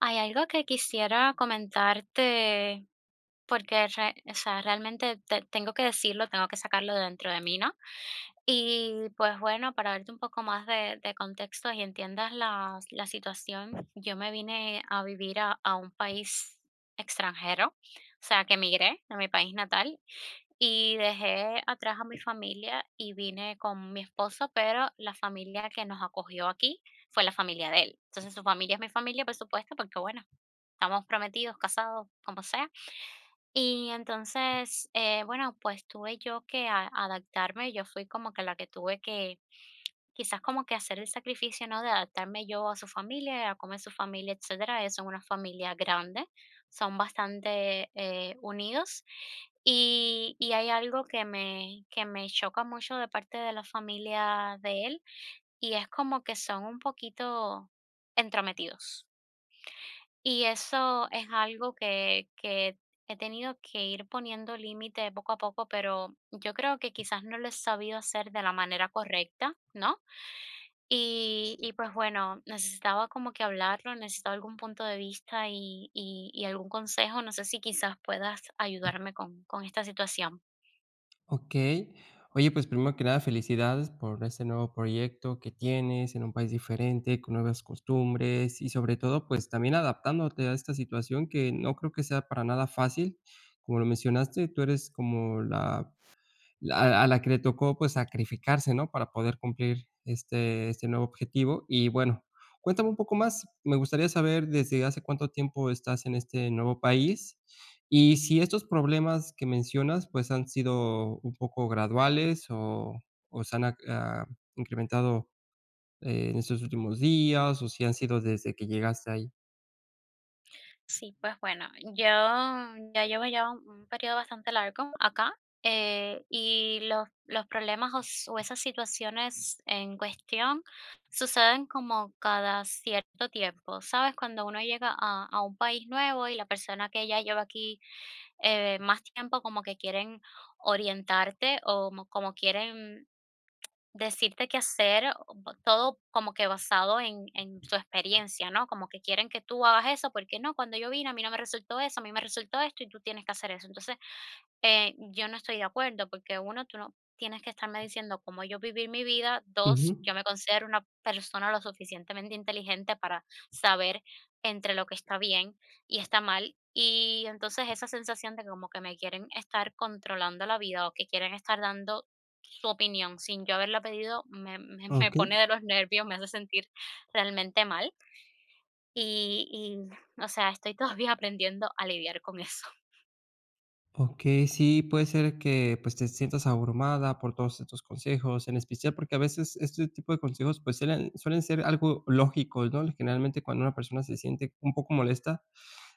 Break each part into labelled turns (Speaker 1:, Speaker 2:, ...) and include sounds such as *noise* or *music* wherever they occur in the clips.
Speaker 1: Hay algo que quisiera comentarte, porque realmente tengo que decirlo, tengo que sacarlo de dentro de mí, ¿no? Y pues bueno, para darte un poco más de contexto y entiendas la situación, yo me vine a vivir a un país extranjero, o sea, que emigré de mi país natal y dejé atrás a mi familia y vine con mi esposo, pero la familia que nos acogió aquí fue la familia de él. Entonces, su familia es mi familia, por supuesto, porque bueno, estamos prometidos, casados, como sea. Y entonces, bueno, pues tuve yo que adaptarme. Yo fui como que la que tuve que Quizás como que hacer el sacrificio, ¿no? De adaptarme yo a su familia, a cómo es su familia, etcétera. Ellos son una familia grande, son bastante unidos. Y hay algo que que me choca mucho de parte de la familia de él, y es como que son un poquito entrometidos. Y eso es algo que he tenido que ir poniendo límite poco a poco, pero yo creo que quizás no lo he sabido hacer de la manera correcta, ¿no? Y pues bueno, necesitaba como que hablarlo, necesitaba algún punto de vista y algún consejo. No sé si quizás puedas ayudarme con esta situación.
Speaker 2: Okey. Oye, pues, primero que nada, felicidades por este nuevo proyecto que tienes en un país diferente, con nuevas costumbres y, sobre todo, pues, también adaptándote a esta situación que no creo que sea para nada fácil. Como lo mencionaste, tú eres como la a la que le tocó, pues, sacrificarse, ¿no? Para poder cumplir este nuevo objetivo. Y bueno, cuéntame un poco más. Me gustaría saber desde hace cuánto tiempo estás en este nuevo país y si estos problemas que mencionas, pues, han sido un poco graduales o se han ac ah, incrementado en estos últimos días o si han sido desde que llegaste ahí.
Speaker 1: Sí, pues bueno, yo ya llevo un periodo bastante largo acá, y los problemas o esas situaciones en cuestión suceden como cada cierto tiempo, ¿sabes? Cuando uno llega a un país nuevo y la persona que ya lleva aquí más tiempo como que quieren orientarte como quieren decirte qué hacer, o bo todo como que basado en tu experiencia, ¿no? Como que quieren que tú hagas eso, porque no, cuando yo vine, a mí no me resultó eso, a mí me resultó esto y tú tienes que hacer eso. Entonces yo no estoy de acuerdo, porque uno, tú no tienes que estarme diciendo cómo yo vivir mi vida. Dos,
Speaker 2: Ujú.
Speaker 1: yo me considero una persona lo suficientemente inteligente para saber entre lo que está bien y está mal. Y entonces esa sensación de como que me quieren estar controlando la vida o que quieren estar dando su opinión sin yo haberla pedido, me *laughs* me
Speaker 2: Okey.
Speaker 1: pone de los nervios, me hace sentir realmente mal. Y, o sea, estoy todavía aprendiendo a lidiar con eso.
Speaker 2: Ok, sí, puede ser que pues te sientas abrumada por todos estos consejos, en especial porque a veces este tipo de consejos pues suelen ser algo lógicos, ¿no? Generalmente cuando una persona se siente un poco molesta,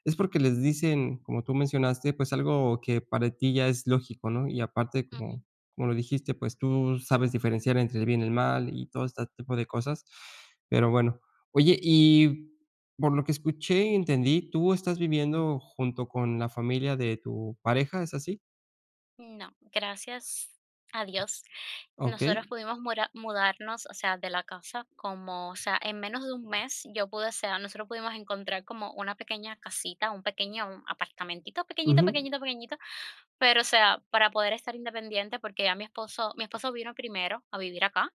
Speaker 2: es porque les dicen, como tú mencionaste, pues algo que para ti ya es lógico, ¿no? Y aparte, como lo dijiste, pues tú sabes diferenciar entre el bien y el mal y todo este tipo de cosas. Pero bueno, oye, y por lo que escuché y entendí, tú estás viviendo junto con la familia de tu pareja, ¿es así?
Speaker 1: No, gracias a Dios. Nosotros
Speaker 2: Okey.
Speaker 1: pudimos mudarnos, o sea, de la casa, como, o sea, en menos de un mes yo pude, o sea, nosotros pudimos encontrar como una pequeña casita, un pequeño apartamentito, pequeñito,
Speaker 2: Ujú,
Speaker 1: pequeñito, pequeñito, pero, o sea, para poder estar independiente, porque ya mi esposo vino primero a vivir acá,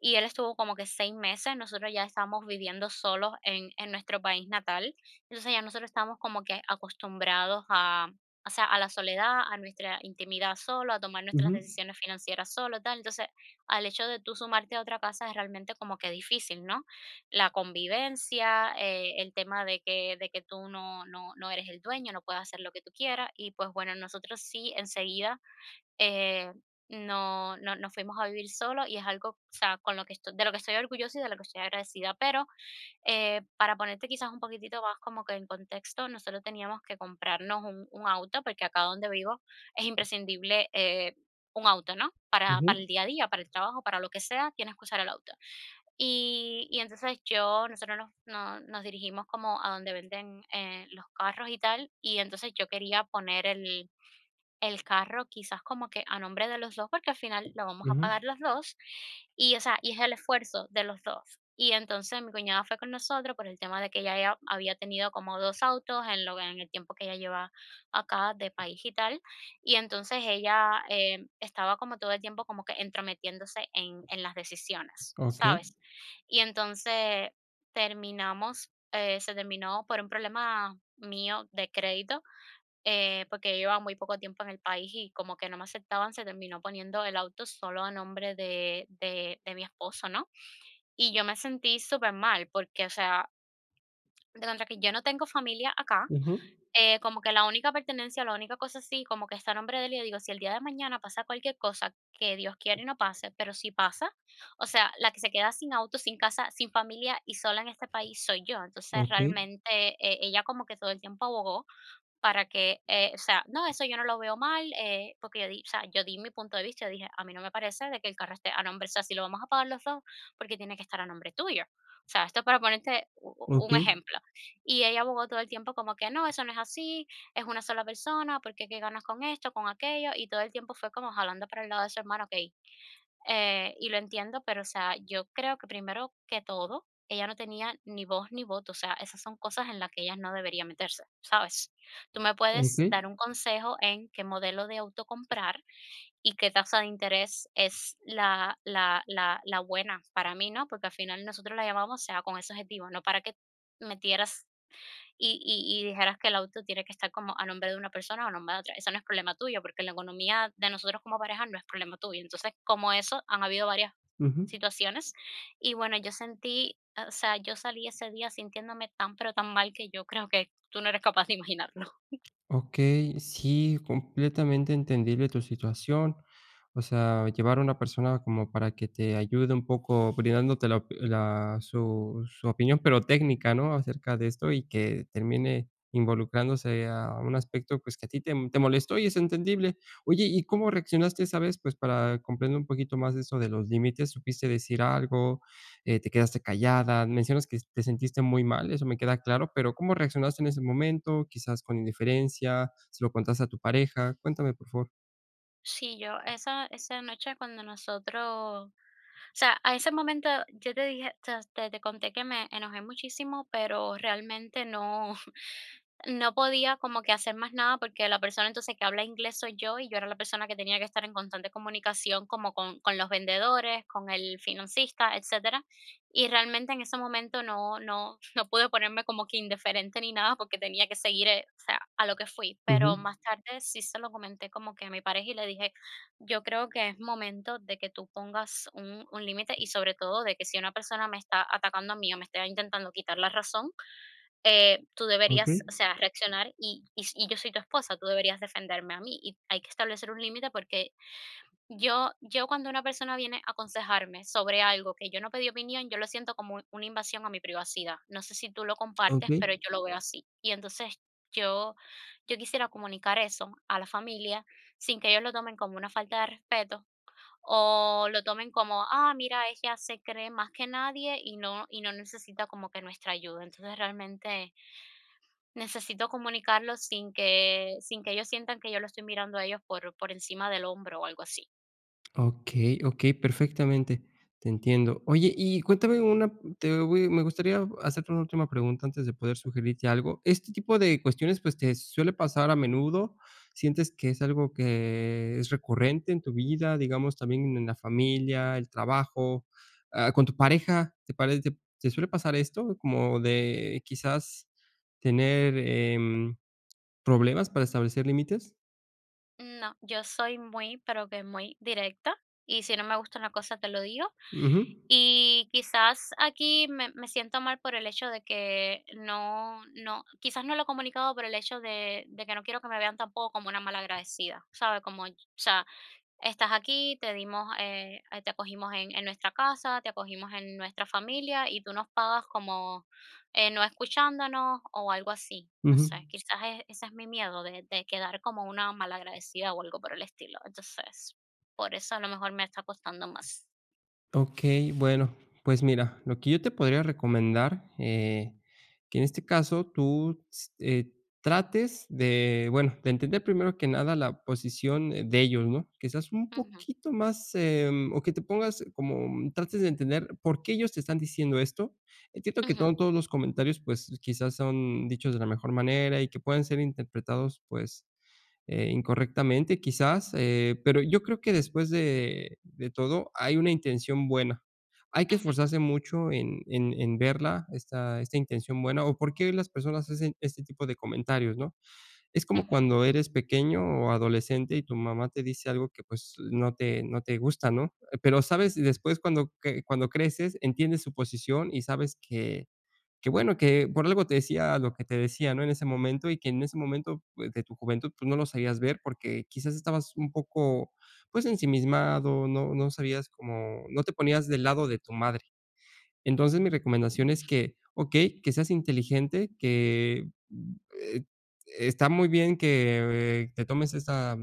Speaker 1: y él estuvo como que 6 meses, nosotros ya estábamos viviendo solos en nuestro país natal. Entonces, ya nosotros estábamos como que acostumbrados a, o sea, a la soledad, a nuestra intimidad solo, a tomar
Speaker 2: ujú,
Speaker 1: nuestras decisiones financieras solo, tal. Entonces, al hecho de tú sumarte a otra casa es realmente como que difícil, ¿no? La convivencia, el tema de que tú no eres el dueño, no puedes hacer lo que tú quieras. Y, pues, bueno, nosotros sí enseguida, eh, no nos fuimos a vivir solo y es algo, o sea, con lo que esto de lo que estoy orgullosa y de lo que estoy agradecida. Pero, para ponerte quizás un poquitito más como que en contexto, nosotros teníamos que comprarnos un auto, porque acá donde vivo es imprescindible, un auto, ¿no? Para el
Speaker 2: ujú,
Speaker 1: día a día, para el trabajo, para lo que sea, tienes que usar el auto. Y entonces yo nosotros nos no nos dirigimos como a donde venden, los carros y tal, y entonces yo quería poner el carro quizás como que a nombre de los 2 porque al final lo vamos a
Speaker 2: ujú.
Speaker 1: pagar los dos y, o sea, y es el esfuerzo de los dos. Y entonces mi cuñada fue con nosotros por el tema de que ella ya había tenido como 2 autos en lo en el tiempo que ella lleva acá de país y tal, y entonces ella, estaba como todo el tiempo como que entrometiéndose en las decisiones,
Speaker 2: Okey,
Speaker 1: ¿sabes? Y entonces terminamos, se terminó por un problema mío de crédito, porque llevaba muy poco tiempo en el país y como que no me aceptaban, se terminó poniendo el auto solo a nombre de mi esposo, ¿no? Y yo me sentí súper mal porque, o sea, de contra que yo no tengo familia acá,
Speaker 2: ujú.
Speaker 1: como que la única pertenencia, la única cosa sí, como que está a nombre de él y yo digo, si el día de mañana pasa cualquier cosa que Dios quiere y no pase, pero si pasa, o sea, la que se queda sin auto, sin casa, sin familia y sola en este país soy yo. Entonces
Speaker 2: Okey,
Speaker 1: realmente ella como que todo el tiempo abogó para que, o sea, no, eso yo no lo veo mal, porque yo di, o sea, yo di mi punto de vista, yo dije, a mí no me parece de que el carro esté a nombre, o sea, si lo vamos a pagar los dos, porque tiene que estar a nombre tuyo. O sea, esto es para ponerte un
Speaker 2: okey,
Speaker 1: ejemplo. Y ella abogó todo el tiempo como que no, eso no es así, es una sola persona, porque qué ganas con esto, con aquello, y todo el tiempo fue como jalando para el lado de su hermano, ok, y lo entiendo, pero, o sea, yo creo que primero que todo, ella no tenía ni voz ni voto, o sea, esas son cosas en las que ella no debería meterse, ¿sabes? Tú me puedes
Speaker 2: okey.
Speaker 1: dar un consejo en qué modelo de auto comprar y qué tasa de interés es la buena para mí, ¿no? Porque al final nosotros la llamamos, o sea, con ese objetivo, no para que metieras y dijeras que el auto tiene que estar como a nombre de una persona o a nombre de otra. Eso no es problema tuyo, porque la economía de nosotros como pareja no es problema tuyo. Entonces, como eso, han habido varias
Speaker 2: Ujú.
Speaker 1: situaciones. Y bueno, yo sentí, o sea, yo salí ese día sintiéndome tan, pero tan mal que yo creo que tú no eres capaz de imaginarlo. *laughs*
Speaker 2: Ok, sí, completamente entendible tu situación. O sea, llevar a una persona como para que te ayude un poco brindándote su, su opinión, pero técnica, ¿no? Acerca de esto y que termine involucrándose a un aspecto pues que a ti te molestó y es entendible. Oye, ¿y cómo reaccionaste esa vez? Pues para comprender un poquito más eso de los límites, ¿supiste decir algo? Te quedaste callada, mencionas que te sentiste muy mal, eso me queda claro, pero ¿cómo reaccionaste en ese momento? Quizás con indiferencia, se lo contaste a tu pareja, cuéntame por favor.
Speaker 1: Sí, yo esa noche cuando nosotros, o sea, a ese momento yo te dije, o te conté que me enojé muchísimo, pero realmente no podía como que hacer más nada porque la persona entonces que habla inglés soy yo y yo era la persona que tenía que estar en constante comunicación como con los vendedores, con el financista, etcétera. Y realmente en ese momento no, *laughs* no pude ponerme como que indiferente ni nada porque tenía que seguir o sea, a lo que fui. Pero
Speaker 2: Ujú,
Speaker 1: más tarde sí se lo comenté como que a mi pareja y le dije, yo creo que es momento de que tú pongas un límite y sobre todo de que si una persona me está atacando a mí o me está intentando quitar la razón, tú deberías,
Speaker 2: okey,
Speaker 1: o sea, reaccionar y yo soy tu esposa, tú deberías defenderme a mí y hay que establecer un límite porque yo cuando una persona viene a aconsejarme sobre algo que yo no pedí opinión, yo lo siento como una invasión a mi privacidad. No sé si tú lo compartes,
Speaker 2: okey.
Speaker 1: pero yo lo veo así. Y entonces yo, yo quisiera comunicar eso a la familia sin que ellos lo tomen como una falta de respeto o lo tomen como, ah, mira, ella se cree más que nadie y no necesita como que nuestra ayuda. Entonces realmente necesito comunicarlo sin que ellos sientan que yo lo estoy mirando a ellos por encima del hombro o algo así.
Speaker 2: Okey, okey, perfectamente, te entiendo. Oye, y cuéntame una te voy me gustaría hacerte una última pregunta antes de poder sugerirte algo. ¿Este tipo de cuestiones, pues, te suele pasar a menudo? ¿Sientes que es algo que es recurrente en tu vida, digamos, también en la familia, el trabajo, ah, con tu pareja? ¿Te parece? Te suele pasar esto? Como de quizás tener, problemas para establecer límites.
Speaker 1: No, yo soy muy, pero que muy directa, y si no me gusta una cosa te lo digo,
Speaker 2: Ujú,
Speaker 1: y quizás aquí me siento mal por el hecho de que no quizás no lo he comunicado por el hecho de que no quiero que me vean tampoco como una malagradecida, ¿sabes? Como, o sea, estás aquí, te dimos, te acogimos en nuestra casa, te acogimos en nuestra familia y tú nos pagas como, no escuchándonos o algo así. No
Speaker 2: ujú.
Speaker 1: sé, quizás ese es mi miedo de quedar como una malagradecida o algo por el estilo. Entonces, por eso a lo mejor me está costando más.
Speaker 2: Ok, bueno, pues mira, lo que yo te podría recomendar, que en este caso tú s trates de, bueno, de entender primero que nada la posición, de ellos, ¿no? Que seas un
Speaker 1: Ujú,
Speaker 2: poquito más, o que te pongas como trates de entender por qué ellos te están diciendo esto. Entiendo que
Speaker 1: ujú.
Speaker 2: no todos los comentarios, pues, quizás son dichos de la mejor manera y que pueden ser interpretados, pues, incorrectamente quizás, pero yo creo que después de todo hay una intención buena. Hay que
Speaker 1: Ujú,
Speaker 2: esforzarse mucho en verla, esta intención buena, o por qué las personas hacen este tipo de comentarios, ¿no? Es como
Speaker 1: ujú,
Speaker 2: cuando eres pequeño o adolescente y tu mamá te dice algo que, pues, no te gusta, ¿no? Pero, ¿sabes? Después cuando creces, entiendes su posición y sabes que bueno, que por algo te decía lo que te decía, ¿no? En ese momento, y que en ese momento, pues, de tu juventud, pues, no lo sabías ver porque quizás estabas un poco, pues, ensimismado, sabías como no te ponías del lado de tu madre. Entonces, mi recomendación es que, okey, que seas inteligente, que, eh, está muy bien que te tomes esta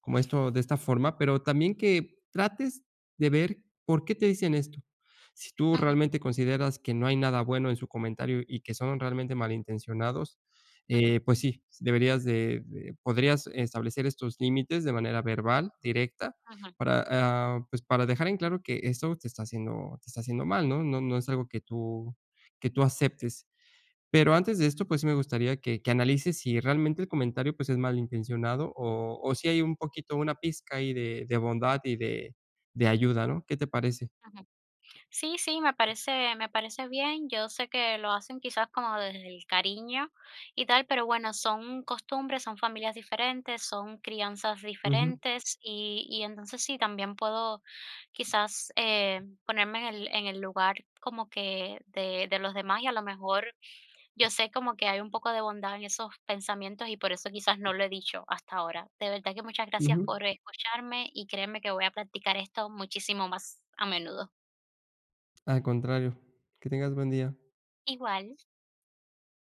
Speaker 2: como esto de esta forma, pero también que trates de ver por qué te dicen esto. Si tú
Speaker 1: ujú,
Speaker 2: realmente consideras que no hay nada bueno en su comentario y que son realmente malintencionados,
Speaker 1: ujú,
Speaker 2: pues sí, deberías de podrías establecer estos límites de manera verbal, directa,
Speaker 1: ujú,
Speaker 2: para, ah, pues, para dejar en claro que esto te está haciendo mal, ¿no? Es algo que tú aceptes. Pero antes de esto, pues, sí me gustaría que analices si realmente el comentario, pues, es malintencionado o si hay un poquito, una pizca ahí de bondad y de ayuda, ¿no? ¿Qué te parece?
Speaker 1: ujú. Sí, sí, me parece bien. Yo sé que lo hacen quizás como desde el cariño y tal, pero bueno, son costumbres, son familias diferentes, son crianzas
Speaker 2: Ujú,
Speaker 1: diferentes y entonces sí, también puedo quizás ponerme en en el lugar como que de los demás y a lo mejor yo sé como que hay un poco de bondad en esos pensamientos y por eso quizás no lo he dicho hasta ahora. De verdad que muchas
Speaker 2: ujú.
Speaker 1: gracias por escucharme y créeme que voy a practicar esto muchísimo más a menudo.
Speaker 2: Al contrario. Que tengas buen día.
Speaker 1: Igual.